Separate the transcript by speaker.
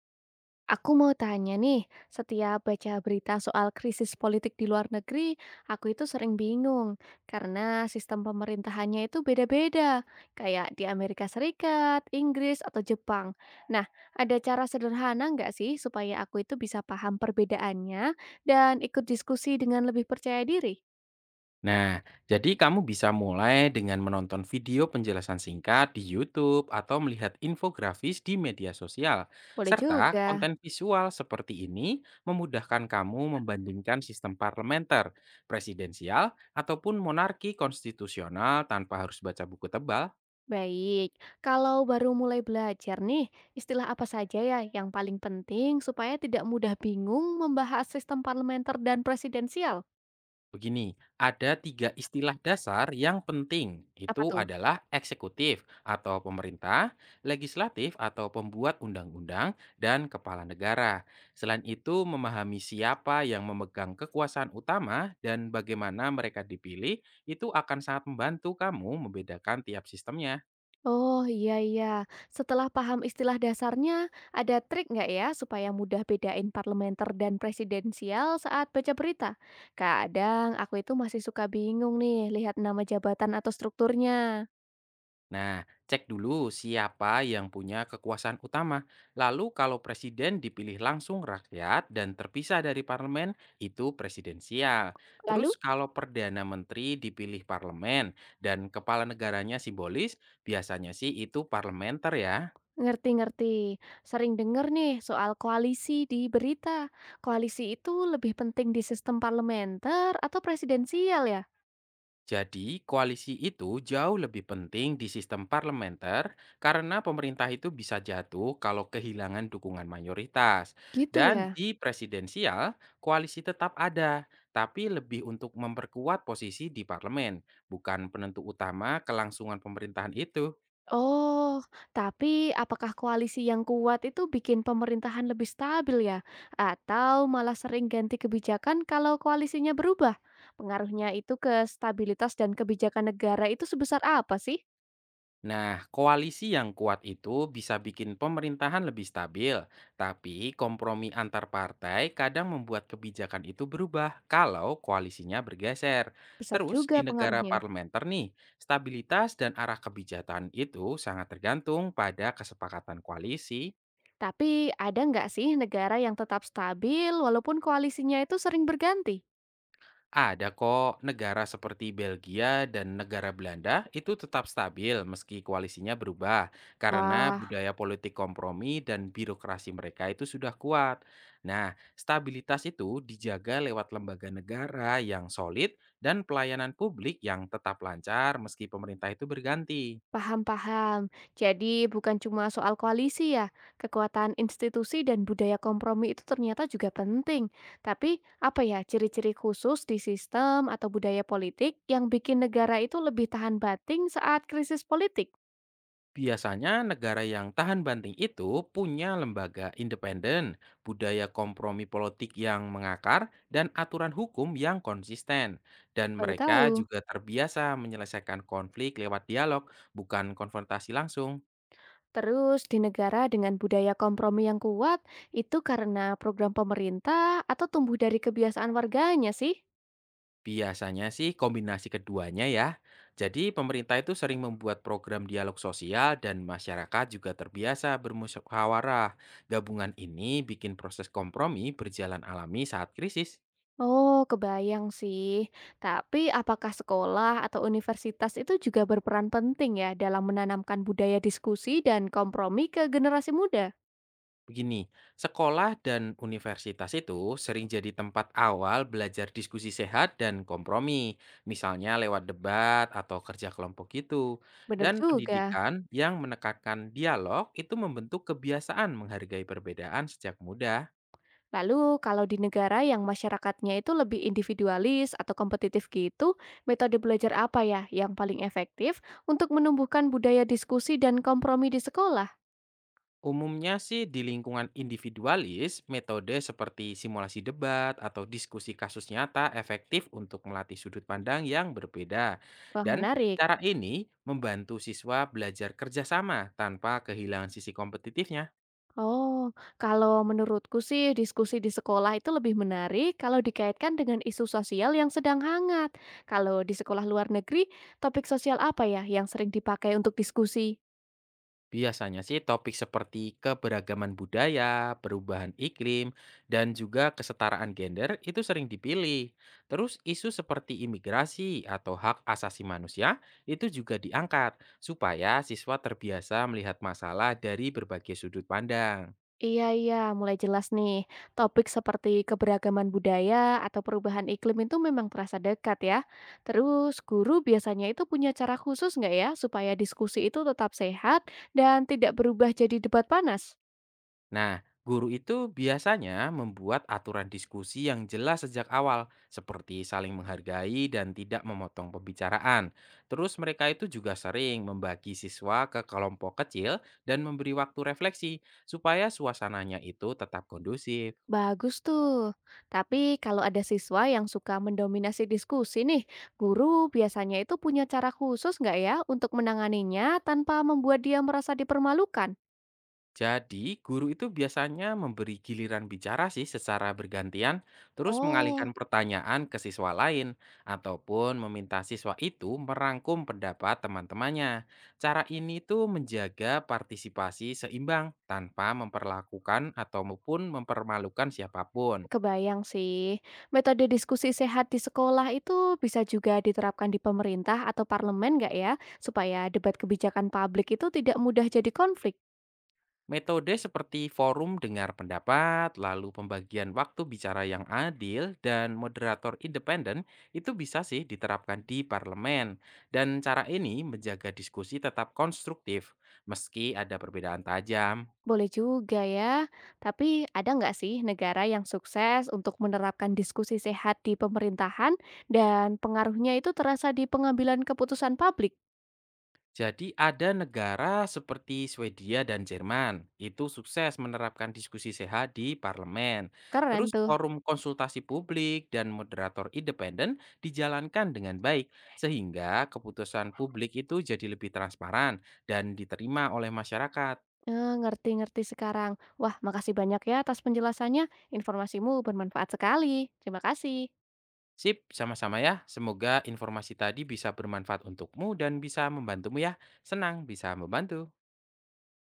Speaker 1: Aku mau tanya nih, setiap baca berita soal krisis politik di luar negeri, aku itu sering bingung karena sistem pemerintahannya itu beda-beda, kayak di Amerika Serikat, Inggris, atau Jepang. Nah, ada cara sederhana nggak sih supaya aku itu bisa paham perbedaannya dan ikut diskusi dengan lebih percaya diri?
Speaker 2: Nah, jadi kamu bisa mulai dengan menonton video penjelasan singkat di YouTube atau melihat infografis di media sosial,
Speaker 1: Boleh
Speaker 2: serta
Speaker 1: juga.
Speaker 2: konten visual seperti ini memudahkan kamu membandingkan sistem parlementer, presidensial, ataupun monarki konstitusional tanpa harus baca buku tebal.
Speaker 1: Baik, kalau baru mulai belajar nih, istilah apa saja ya yang paling penting supaya tidak mudah bingung membahas sistem parlementer dan presidensial?
Speaker 2: Begini, ada 3 istilah dasar yang penting.
Speaker 1: Apa
Speaker 2: Itu
Speaker 1: tuh?
Speaker 2: adalah eksekutif atau pemerintah, legislatif atau pembuat undang-undang, dan kepala negara. Selain itu, memahami siapa yang memegang kekuasaan utama dan bagaimana mereka dipilih, itu akan sangat membantu kamu membedakan tiap sistemnya.
Speaker 1: Oh iya iya, setelah paham istilah dasarnya, ada trik nggak ya supaya mudah bedain parlementer dan presidensial saat baca berita? Kadang aku itu masih suka bingung nih lihat nama jabatan atau strukturnya.
Speaker 2: Nah, cek dulu siapa yang punya kekuasaan utama. Lalu kalau presiden dipilih langsung rakyat dan terpisah dari parlemen, itu presidensial.
Speaker 1: Lalu.
Speaker 2: Terus kalau perdana menteri dipilih parlemen dan kepala negaranya simbolis, biasanya sih itu parlementer ya.
Speaker 1: Ngerti-ngerti. Sering dengar nih soal koalisi di berita. Koalisi itu lebih penting di sistem parlementer atau presidensial ya?
Speaker 2: Jadi, koalisi itu jauh lebih penting di sistem parlementer karena pemerintah itu bisa jatuh kalau kehilangan dukungan mayoritas.
Speaker 1: Gitu
Speaker 2: Dan
Speaker 1: ya?
Speaker 2: di presidensial, koalisi tetap ada, tapi lebih untuk memperkuat posisi di parlemen, bukan penentu utama kelangsungan pemerintahan itu.
Speaker 1: Oh, tapi apakah koalisi yang kuat itu bikin pemerintahan lebih stabil ya? Atau malah sering ganti kebijakan kalau koalisinya berubah? Pengaruhnya itu ke stabilitas dan kebijakan negara itu sebesar apa sih?
Speaker 2: Nah, koalisi yang kuat itu bisa bikin pemerintahan lebih stabil, tapi kompromi antar partai kadang membuat kebijakan itu berubah kalau koalisinya bergeser.
Speaker 1: Besar
Speaker 2: Terus
Speaker 1: juga
Speaker 2: di negara
Speaker 1: pengaruhnya.
Speaker 2: parlementer nih, stabilitas dan arah kebijakan itu sangat tergantung pada kesepakatan koalisi.
Speaker 1: Tapi ada nggak sih negara yang tetap stabil walaupun koalisinya itu sering berganti?
Speaker 2: Ada kok negara seperti Belgia dan negara Belanda itu tetap stabil meski koalisinya berubah karena
Speaker 1: Wah,
Speaker 2: budaya politik kompromi dan birokrasi mereka itu sudah kuat. Nah, stabilitas itu dijaga lewat lembaga negara yang solid dan pelayanan publik yang tetap lancar meski pemerintah itu berganti.
Speaker 1: paham-paham. Jadi bukan cuma soal koalisi ya, kekuatan institusi dan budaya kompromi itu ternyata juga penting. Tapi apa ya ciri-ciri khusus di sistem atau budaya politik yang bikin negara itu lebih tahan banting saat krisis politik?
Speaker 2: Biasanya negara yang tahan banting itu punya lembaga independen, budaya kompromi politik yang mengakar, dan aturan hukum yang konsisten. Dan
Speaker 1: Baru
Speaker 2: mereka
Speaker 1: tahu.
Speaker 2: juga terbiasa menyelesaikan konflik lewat dialog, bukan konfrontasi langsung.
Speaker 1: Terus di negara dengan budaya kompromi yang kuat, itu karena program pemerintah atau tumbuh dari kebiasaan warganya sih?
Speaker 2: Biasanya sih kombinasi keduanya ya. Jadi pemerintah itu sering membuat program dialog sosial dan masyarakat juga terbiasa bermusyawarah. Gabungan ini bikin proses kompromi berjalan alami saat krisis.
Speaker 1: Oh, kebayang sih. Tapi apakah sekolah atau universitas itu juga berperan penting ya dalam menanamkan budaya diskusi dan kompromi ke generasi muda?
Speaker 2: Begini, sekolah dan universitas itu sering jadi tempat awal belajar diskusi sehat dan kompromi, misalnya lewat debat atau kerja kelompok gitu.
Speaker 1: Benar
Speaker 2: Dan
Speaker 1: juga.
Speaker 2: pendidikan yang menekankan dialog itu membentuk kebiasaan menghargai perbedaan sejak muda.
Speaker 1: Lalu kalau di negara yang masyarakatnya itu lebih individualis atau kompetitif gitu, metode belajar apa ya yang paling efektif untuk menumbuhkan budaya diskusi dan kompromi di sekolah?
Speaker 2: Umumnya sih di lingkungan individualis, metode seperti simulasi debat atau diskusi kasus nyata efektif untuk melatih sudut pandang yang berbeda.
Speaker 1: Wah
Speaker 2: Dan
Speaker 1: menarik.
Speaker 2: cara ini membantu siswa belajar kerjasama tanpa kehilangan sisi kompetitifnya.
Speaker 1: Oh, kalau menurutku sih diskusi di sekolah itu lebih menarik kalau dikaitkan dengan isu sosial yang sedang hangat. Kalau di sekolah luar negeri, topik sosial apa ya yang sering dipakai untuk diskusi?
Speaker 2: Biasanya sih topik seperti keberagaman budaya, perubahan iklim, dan juga kesetaraan gender itu sering dipilih. Terus isu seperti imigrasi atau hak asasi manusia itu juga diangkat supaya siswa terbiasa melihat masalah dari berbagai sudut pandang.
Speaker 1: Iya, iya, mulai jelas nih. Topik seperti keberagaman budaya atau perubahan iklim itu memang terasa dekat ya. Terus, guru biasanya itu punya cara khusus nggak ya supaya diskusi itu tetap sehat dan tidak berubah jadi debat panas?
Speaker 2: Nah, guru itu biasanya membuat aturan diskusi yang jelas sejak awal, seperti saling menghargai dan tidak memotong pembicaraan. Terus mereka itu juga sering membagi siswa ke kelompok kecil dan memberi waktu refleksi supaya suasananya itu tetap kondusif.
Speaker 1: Bagus tuh. Tapi kalau ada siswa yang suka mendominasi diskusi nih, guru biasanya itu punya cara khusus nggak ya untuk menanganinya tanpa membuat dia merasa dipermalukan?
Speaker 2: Jadi, guru itu biasanya memberi giliran bicara sih secara bergantian, terus
Speaker 1: Oh,
Speaker 2: mengalihkan pertanyaan ke siswa lain, ataupun meminta siswa itu merangkum pendapat teman-temannya. Cara ini tuh menjaga partisipasi seimbang tanpa memperlakukan ataupun mempermalukan siapapun.
Speaker 1: kebayang sih, metode diskusi sehat di sekolah itu bisa juga diterapkan di pemerintah atau parlemen nggak ya? Supaya debat kebijakan publik itu tidak mudah jadi konflik.
Speaker 2: Metode seperti forum dengar pendapat, lalu pembagian waktu bicara yang adil, dan moderator independen itu bisa sih diterapkan di parlemen. Dan cara ini menjaga diskusi tetap konstruktif, meski ada perbedaan tajam.
Speaker 1: Boleh juga ya, tapi ada nggak sih negara yang sukses untuk menerapkan diskusi sehat di pemerintahan dan pengaruhnya itu terasa di pengambilan keputusan publik?
Speaker 2: Jadi ada negara seperti Swedia dan Jerman itu sukses menerapkan diskusi sehat di parlemen.
Speaker 1: Keren
Speaker 2: Terus
Speaker 1: tuh.
Speaker 2: forum konsultasi publik dan moderator independen dijalankan dengan baik sehingga keputusan publik itu jadi lebih transparan dan diterima oleh masyarakat.
Speaker 1: Eh, ngerti-ngerti sekarang. Wah, makasih banyak ya atas penjelasannya. Informasimu bermanfaat sekali. Terima kasih.
Speaker 2: Sip, sama-sama ya. Semoga informasi tadi bisa bermanfaat untukmu dan bisa membantumu ya. Senang bisa membantu.